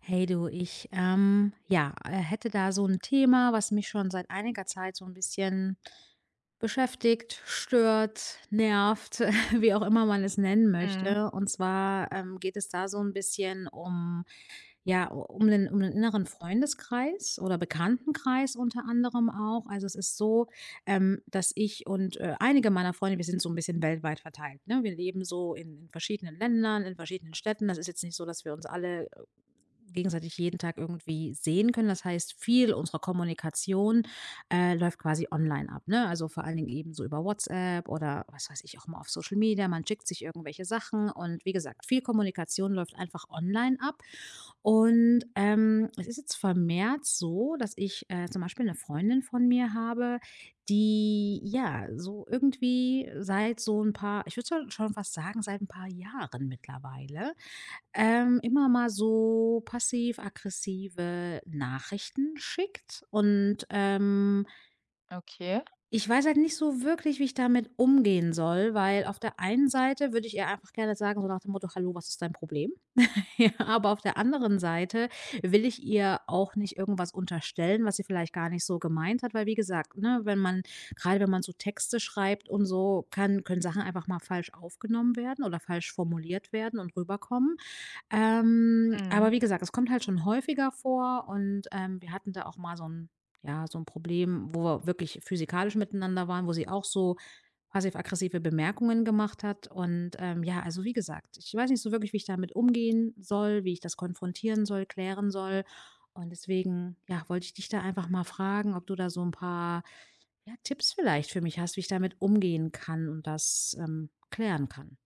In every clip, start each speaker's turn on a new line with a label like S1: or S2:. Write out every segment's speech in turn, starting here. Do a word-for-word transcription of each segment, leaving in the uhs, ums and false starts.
S1: Hey du, ich, ähm, ja, äh, hätte da so ein Thema, was mich schon seit einiger Zeit so ein bisschen beschäftigt, stört, nervt, wie auch immer man es nennen
S2: Mhm,
S1: möchte. Und zwar, ähm, geht es da so ein bisschen um ja, um den, um den inneren Freundeskreis oder Bekanntenkreis unter anderem auch. Also es ist so, ähm, dass ich und äh, einige meiner Freunde, wir sind so ein bisschen weltweit verteilt. Ne? Wir leben so in, in verschiedenen Ländern, in verschiedenen Städten. Das ist jetzt nicht so, dass wir uns alle äh, gegenseitig jeden Tag irgendwie sehen können. Das heißt, viel unserer Kommunikation äh, läuft quasi online ab. Ne? Also vor allen Dingen eben so über WhatsApp oder was weiß ich auch mal auf Social Media. Man schickt sich irgendwelche Sachen und wie gesagt, viel Kommunikation läuft einfach online ab. Und, ähm, es ist jetzt vermehrt so, dass ich, äh, zum Beispiel eine Freundin von mir habe, die, ja, so irgendwie seit so ein paar ich würde schon schon fast sagen, seit ein paar Jahren mittlerweile, ähm, immer mal so passiv-aggressive Nachrichten schickt. Und, ähm,
S2: okay.
S1: ich weiß halt nicht so wirklich, wie ich damit umgehen soll, weil auf der einen Seite würde ich ihr einfach gerne sagen, so nach dem Motto: „Hallo, was ist dein Problem?“ Ja, aber auf der anderen Seite will ich ihr auch nicht irgendwas unterstellen, was sie vielleicht gar nicht so gemeint hat, weil wie gesagt, ne, wenn man gerade wenn man so Texte schreibt und so, kann können Sachen einfach mal falsch aufgenommen werden oder falsch formuliert werden und rüberkommen. Ähm, aber
S2: Mhm.
S1: wie gesagt, es kommt halt schon häufiger vor und, ähm, wir hatten da auch mal so ein ja, so ein Problem, wo wir wirklich physikalisch miteinander waren, wo sie auch so passiv-aggressive Bemerkungen gemacht hat. Und ähm, ja, also wie gesagt, ich weiß nicht so wirklich, wie ich damit umgehen soll, wie ich das konfrontieren soll, klären soll. Und deswegen, ja, wollte ich dich da einfach mal fragen, ob du da so ein paar ja, Tipps vielleicht für mich hast, wie ich damit umgehen kann und das ähm, klären kann.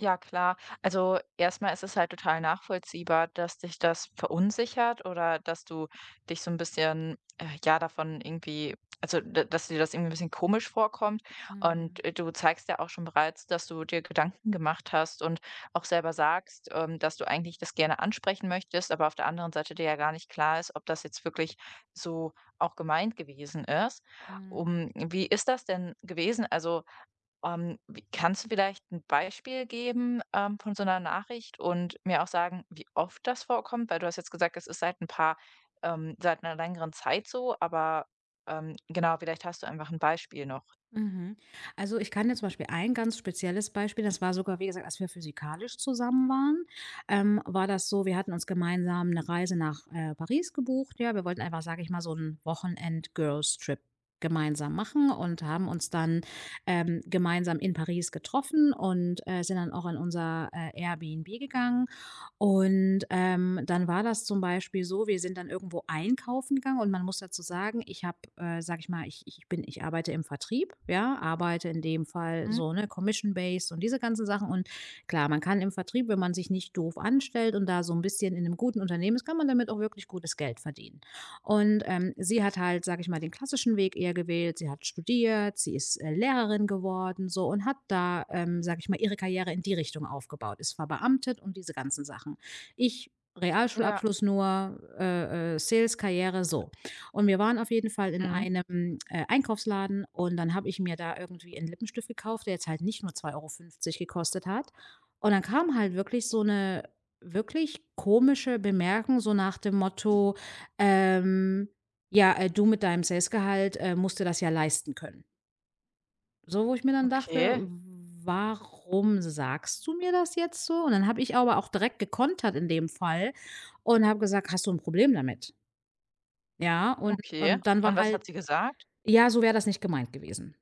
S2: Ja, klar. Also erstmal ist es halt total nachvollziehbar, dass dich das verunsichert oder dass du dich so ein bisschen, äh, ja, davon irgendwie also, d dass dir das irgendwie ein bisschen komisch vorkommt.
S1: Mm,
S2: Und, äh, du zeigst ja auch schon bereits, dass du dir Gedanken gemacht hast und auch selber sagst, ähm, dass du eigentlich das gerne ansprechen möchtest, aber auf der anderen Seite dir ja gar nicht klar ist, ob das jetzt wirklich so auch gemeint gewesen ist.
S1: mm.
S2: Um wie ist das denn gewesen? Also Ähm, wie kannst du vielleicht ein Beispiel geben, ähm, von so einer Nachricht und mir auch sagen, wie oft das vorkommt? Weil du hast jetzt gesagt, es ist seit ein paar ähm, seit einer längeren Zeit so, aber, ähm, genau, vielleicht hast du einfach ein Beispiel noch.
S1: Mhm. Also, ich kann jetzt zum Beispiel ein ganz spezielles Beispiel das war sogar, wie gesagt, als wir physikalisch zusammen waren, ähm, war das so, wir hatten uns gemeinsam eine Reise nach, äh, Paris gebucht, ja. Wir wollten einfach, sage ich mal, so 'n Wochenend-Girls-Trip gemeinsam machen und haben uns dann, ähm, gemeinsam in Paris getroffen und, äh, sind dann auch in unser, äh, Airbnb gegangen und, ähm, dann war das zum Beispiel so, wir sind dann irgendwo einkaufen gegangen und man muss dazu sagen, ich habe, äh, sage ich mal, ich ich bin ich arbeite im Vertrieb, ja, arbeite in dem Fall
S2: Mhm,
S1: so, ne, commission based und diese ganzen Sachen. Und klar, man kann im Vertrieb, wenn man sich nicht doof anstellt und da so ein bisschen in einem guten Unternehmen ist, kann man damit auch wirklich gutes Geld verdienen. Und, ähm, sie hat halt, sage ich mal, den klassischen Weg eher gewählt. Sie hat studiert, sie ist, äh, Lehrerin geworden so und hat da, ähm, sage ich mal, ihre Karriere in die Richtung aufgebaut, ist verbeamtet und diese ganzen Sachen. Ich
S2: ja.
S1: Realschulabschluss nur, äh, äh, Sales-Karriere, so. Und wir waren auf jeden Fall in
S2: Mhm,
S1: einem, äh, Einkaufsladen und dann habe ich mir da irgendwie einen Lippenstift gekauft, der jetzt halt nicht nur zwei Euro fünfzig gekostet hat. Und dann kam halt wirklich so eine wirklich komische Bemerkung so nach dem Motto ähm, ja, äh, du mit deinem Sales-Gehalt, äh, musst dir das ja leisten können. So, wo ich mir dann dachte:
S2: okay,
S1: „Warum sagst du mir das jetzt so?“ Und dann habe ich aber auch direkt gekontert in dem Fall und habe gesagt: „Hast du ein Problem damit?“ Ja, und
S2: okay.
S1: und dann war
S2: Und was
S1: halt
S2: hat sie gesagt?
S1: ja, so wäre das nicht gemeint gewesen.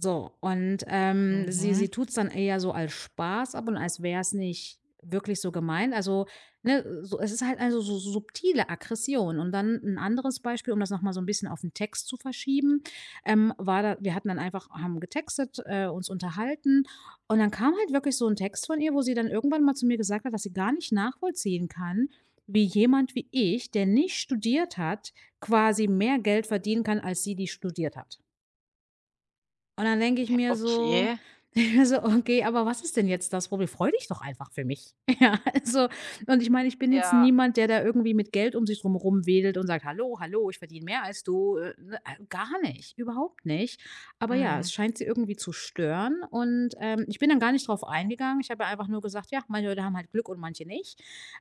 S1: So, und, ähm, sie sie
S2: Mhm,
S1: tut's dann eher so als Spaß ab und als wär's nicht wirklich so gemeint. Also, ne, so es ist halt also so subtile Aggression. Und dann ein anderes Beispiel, um das noch mal so ein bisschen auf den Text zu verschieben, ähm, war da wir hatten dann einfach haben getextet, äh, uns unterhalten und dann kam halt wirklich so ein Text von ihr, wo sie dann irgendwann mal zu mir gesagt hat, dass sie gar nicht nachvollziehen kann, wie jemand wie ich, der nicht studiert hat, quasi mehr Geld verdienen kann als sie, die studiert hat. Und dann denke ich mir so
S2: okay,
S1: ich mir so: „Okay, aber was ist denn jetzt das Problem? Freu dich doch einfach für mich.“ Ja, also und ich meine, ich bin jetzt
S2: ja,
S1: niemand, der da irgendwie mit Geld um sich drum rumwedelt und sagt: „Hallo, hallo, ich verdiene mehr als du.“ Äh, ne, äh, gar nicht, überhaupt nicht. Aber ja,
S2: mhm.
S1: es scheint sie irgendwie zu stören und, ähm, ich bin dann gar nicht drauf eingegangen. Ich habe ja einfach nur gesagt: „Ja, manche Leute haben halt Glück und manche nicht.“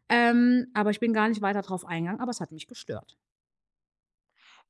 S1: Ähm, aber ich bin gar nicht weiter drauf eingegangen, aber es hat mich gestört.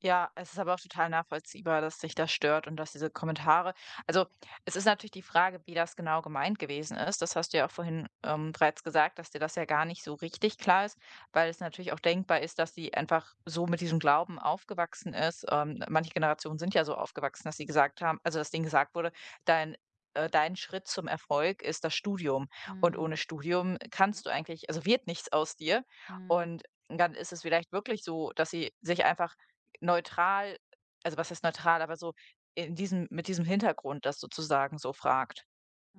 S2: Ja, es ist aber auch total nachvollziehbar, dass sich das stört und dass diese Kommentare also, es ist natürlich die Frage, wie das genau gemeint gewesen ist. Das hast du ja auch vorhin, ähm, bereits gesagt, dass dir das ja gar nicht so richtig klar ist, weil es natürlich auch denkbar ist, dass sie einfach so mit diesem Glauben aufgewachsen ist. Ähm, manche Generationen sind ja so aufgewachsen, dass sie gesagt haben also, dass denen gesagt wurde: „Dein äh, dein Schritt zum Erfolg ist das Studium und
S1: Mhm,
S2: ohne Studium kannst du eigentlich also, wird nichts aus dir.“
S1: mhm,
S2: Und dann ist es vielleicht wirklich so, dass sie sich einfach neutral also was heißt neutral, aber so in diesem mit diesem Hintergrund das sozusagen so fragt.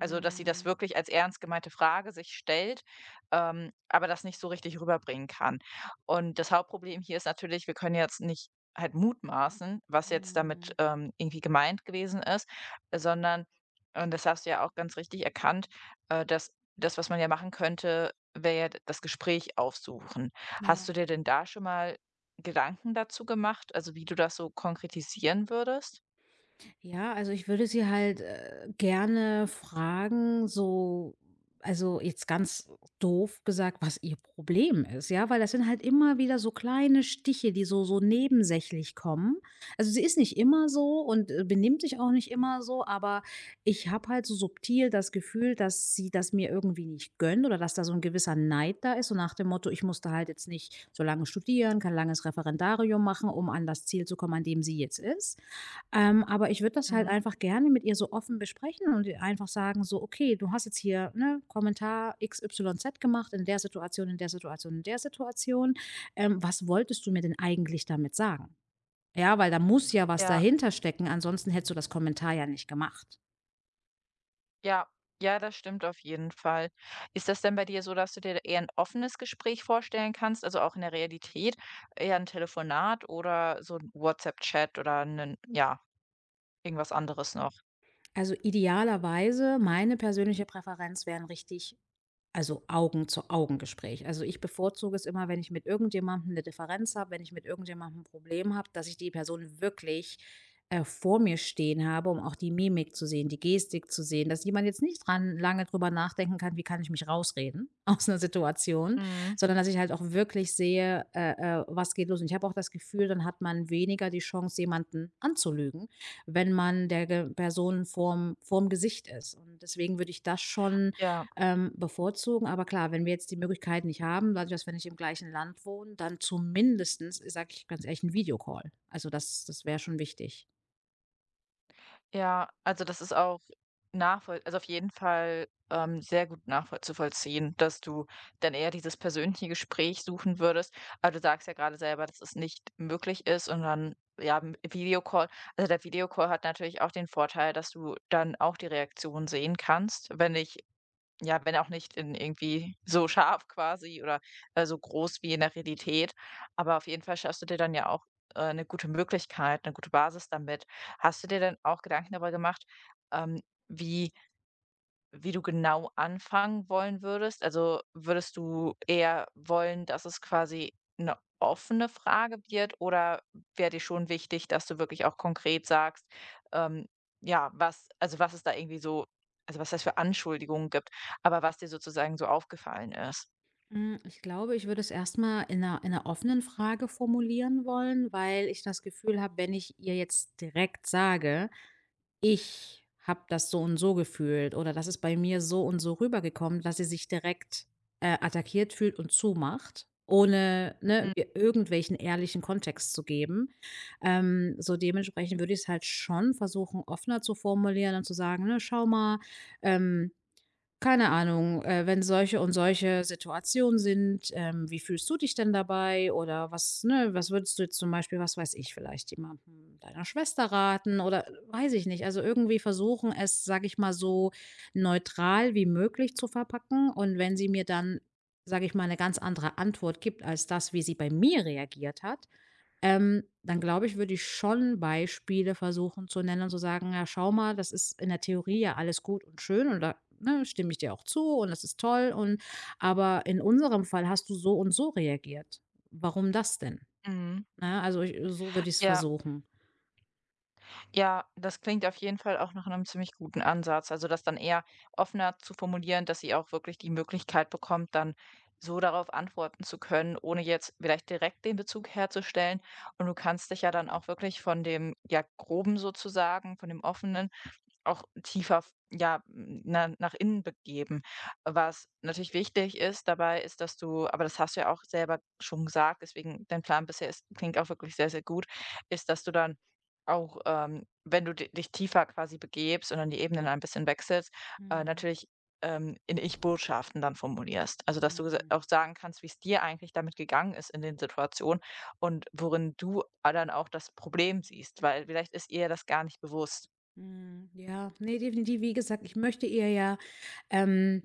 S2: Also, dass sie das wirklich als ernst gemeinte Frage sich stellt, ähm, aber das nicht so richtig rüberbringen kann. Und das Hauptproblem hier ist natürlich, wir können jetzt nicht halt mutmaßen, was jetzt damit,
S1: mhm.
S2: ähm, irgendwie gemeint gewesen ist, sondern und das hast du ja auch ganz richtig erkannt, äh, dass das, was man ja machen könnte, wäre ja d das Gespräch aufsuchen. Hast
S1: Ja.
S2: du dir denn da schon mal Gedanken dazu gemacht, also, wie du das so konkretisieren würdest?
S1: Ja, also ich würde sie halt äh, gerne fragen, so, also jetzt ganz doof gesagt, was ihr Problem ist, ja, weil das sind halt immer wieder so kleine Stiche, die so, so nebensächlich kommen. Also sie ist nicht immer so und äh, benimmt sich auch nicht immer so, aber ich habe halt so subtil das Gefühl, dass sie das mir irgendwie nicht gönnt oder dass da so ein gewisser Neid da ist, so nach dem Motto, ich musste halt jetzt nicht so lange studieren, kein langes Referendarium machen, um an das Ziel zu kommen, an dem sie jetzt ist. Ähm, aber ich würde das halt
S2: Mhm.
S1: einfach gerne mit ihr so offen besprechen und ihr einfach sagen, so, okay, du hast jetzt hier, ne, Kommentar x y z gemacht in der Situation, in der Situation, in der Situation. Ähm, was wolltest du mir denn eigentlich damit sagen? Ja, weil da muss ja was
S2: Ja.
S1: dahinter stecken, ansonsten hättest du das Kommentar ja nicht gemacht.
S2: Ja, ja, das stimmt auf jeden Fall. Ist das denn bei dir so, dass du dir eher ein offenes Gespräch vorstellen kannst, also auch in der Realität, eher ein Telefonat oder so ein WhatsApp-Chat oder 'nen ja, irgendwas anderes noch?
S1: Also idealerweise, meine persönliche Präferenz wären richtig Also Augen-zu-Augen-Gespräch. Also, ich bevorzuge es immer, wenn ich mit irgendjemandem eine Differenz habe, wenn ich mit irgendjemandem ein Problem habe, dass ich die Person wirklich, äh, vor mir stehen habe, um auch die Mimik zu sehen, die Gestik zu sehen, dass jemand jetzt nicht dran lange drüber nachdenken kann: „Wie kann ich mich rausreden aus einer Situation?“,
S2: Mhm,
S1: sondern dass ich halt auch wirklich sehe, äh, äh, was geht los? Und ich habe auch das Gefühl, dann hat man weniger die Chance, jemanden anzulügen, wenn man der Ge Person vorm vorm Gesicht ist. Und deswegen würde ich das schon
S2: ja.
S1: ähm, bevorzugen, aber klar, wenn wir jetzt die Möglichkeit nicht haben, dadurch, dass wir nicht im gleichen Land wohnen, dann zumindestens, sage ich ganz ehrlich, 'n Videocall. Also, das das wäre schon wichtig.
S2: Ja, also das ist auch nachvoll also auf jeden Fall, ähm, sehr gut nachvoll dass du dann eher dieses persönliche Gespräch suchen würdest. Aber du sagst ja gerade selber, dass es nicht möglich ist und dann, ja, m Videocall also der Videocall hat natürlich auch den Vorteil, dass du dann auch die Reaktion sehen kannst, wenn ich ja, wenn auch nicht in irgendwie so scharf quasi oder, äh, so groß wie in der Realität. Aber auf jeden Fall schaffst du dir dann ja auch, äh, 'ne gute Möglichkeit, eine gute Basis damit. Hast du dir dann auch Gedanken darüber gemacht, ähm, wie wie du genau anfangen wollen würdest? Also würdest du eher wollen, dass es quasi eine offene Frage wird oder wäre dir schon wichtig, dass du wirklich auch konkret sagst, ähm, ja, was also was es da irgendwie so also was das für Anschuldigungen gibt, aber was dir sozusagen so aufgefallen ist?
S1: Hm, ich glaube, ich würde es erstmal in einer in 'ner offenen Frage formulieren wollen, weil ich das Gefühl habe, wenn ich ihr jetzt direkt sage ich habe das so und so gefühlt oder das ist bei mir so und so rübergekommen, dass sie sich direkt, äh, attackiert fühlt und zumacht, ohne, ne,
S2: Mhm,
S1: mir irgendwelchen ehrlichen Kontext zu geben. Ähm, so dementsprechend würde ich es halt schon versuchen, offener zu formulieren und zu sagen, ne: „Schau mal, ähm, keine Ahnung, äh, wenn solche und solche Situationen sind, ähm, wie fühlst du dich denn dabei? Oder was, ne, was würdest du jetzt zum Beispiel, was weiß ich, vielleicht jemandem deiner Schwester raten oder weiß ich nicht. Also irgendwie versuchen es, sage ich mal, so neutral wie möglich zu verpacken. Und wenn sie mir dann, sage ich mal, eine ganz andere Antwort gibt als das, wie sie bei mir reagiert hat, ähm, dann glaube ich, würde ich schon Beispiele versuchen zu nennen und zu sagen: „Ja, schau mal, das ist in der Theorie ja alles gut und schön und da, ne, stimme ich dir auch zu und das ist toll und aber in unserem Fall hast du so und so reagiert. Warum das denn?“
S2: mhm.
S1: Ne, also, ich so würde ich es
S2: Ja.
S1: versuchen.
S2: Ja, das klingt auf jeden Fall auch nach einem ziemlich guten Ansatz. Also, das dann eher offener zu formulieren, dass sie auch wirklich die Möglichkeit bekommt, dann so darauf antworten zu können, ohne jetzt vielleicht direkt den Bezug herzustellen. Und du kannst dich ja dann auch wirklich von dem, ja, Groben sozusagen, von dem Offenen auch tiefer, ja, na nach innen begeben. Was natürlich wichtig ist dabei, ist, dass du aber das hast du ja auch selber schon gesagt, deswegen dein Plan bisher ist klingt auch wirklich sehr, sehr gut, ist, dass du dann auch, ähm, wenn du di dich tiefer quasi begebst und dann die Ebenen ein bisschen wechselst, äh,
S1: Mhm,
S2: natürlich, ähm, in Ich-Botschaften dann formulierst. Also, dass du s
S1: mhm,
S2: auch sagen kannst, wie es dir eigentlich damit gegangen ist in den Situationen und worin du dann auch das Problem siehst, weil vielleicht ist ihr das gar nicht bewusst.
S1: mhm. Ja, nee, definitiv. Wie gesagt, ich möchte ihr ja, ähm,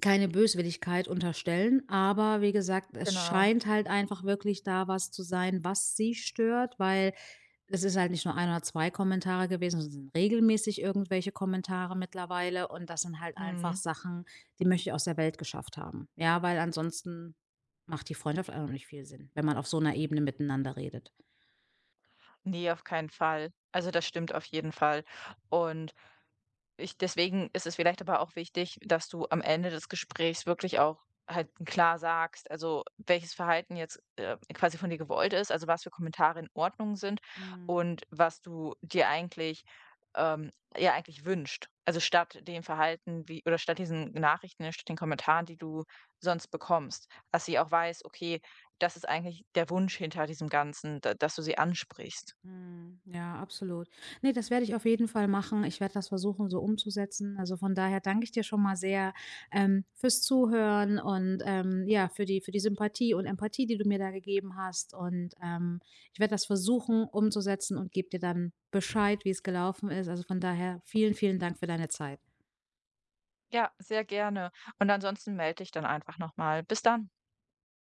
S1: keine Böswilligkeit unterstellen, aber wie gesagt, es
S2: Genau.
S1: scheint halt einfach wirklich da was zu sein, was sie stört, weil es ist halt nicht nur ein oder zwei Kommentare gewesen, sondern es sind regelmäßig irgendwelche Kommentare mittlerweile und das sind halt einfach
S2: Mhm.
S1: Sachen, die möchte ich aus der Welt geschafft haben. Ja, weil ansonsten macht die Freundschaft einfach nicht viel Sinn, wenn man auf so einer Ebene miteinander redet.
S2: Ne, auf keinen Fall. Also, das stimmt auf jeden Fall. Und Ich deswegen ist es vielleicht aber auch wichtig, dass du am Ende des Gesprächs wirklich auch halt klar sagst, also welches Verhalten jetzt äh, quasi von dir gewollt ist, also was für Kommentare in Ordnung sind
S1: Mhm.
S2: und was du dir eigentlich ähm, ja eigentlich wünscht. Also statt dem Verhalten wie oder statt diesen Nachrichten, statt den Kommentaren, die du sonst bekommst, dass sie auch weiß, okay, das ist eigentlich der Wunsch hinter diesem Ganzen, da, dass du sie ansprichst.
S1: Mhm. Ja, absolut. Ne, das werde ich auf jeden Fall machen. Ich werde das versuchen, so umzusetzen. Also von daher danke ich dir schon mal sehr ähm, fürs Zuhören und ähm, ja, für die, für die Sympathie und Empathie, die du mir da gegeben hast. Und ähm, ich werde das versuchen umzusetzen und gebe dir dann Bescheid, wie es gelaufen ist. Also von daher vielen, vielen Dank für deine Zeit.
S2: Ja, sehr gerne. Und ansonsten melde dich dann einfach nochmal. Bis dann.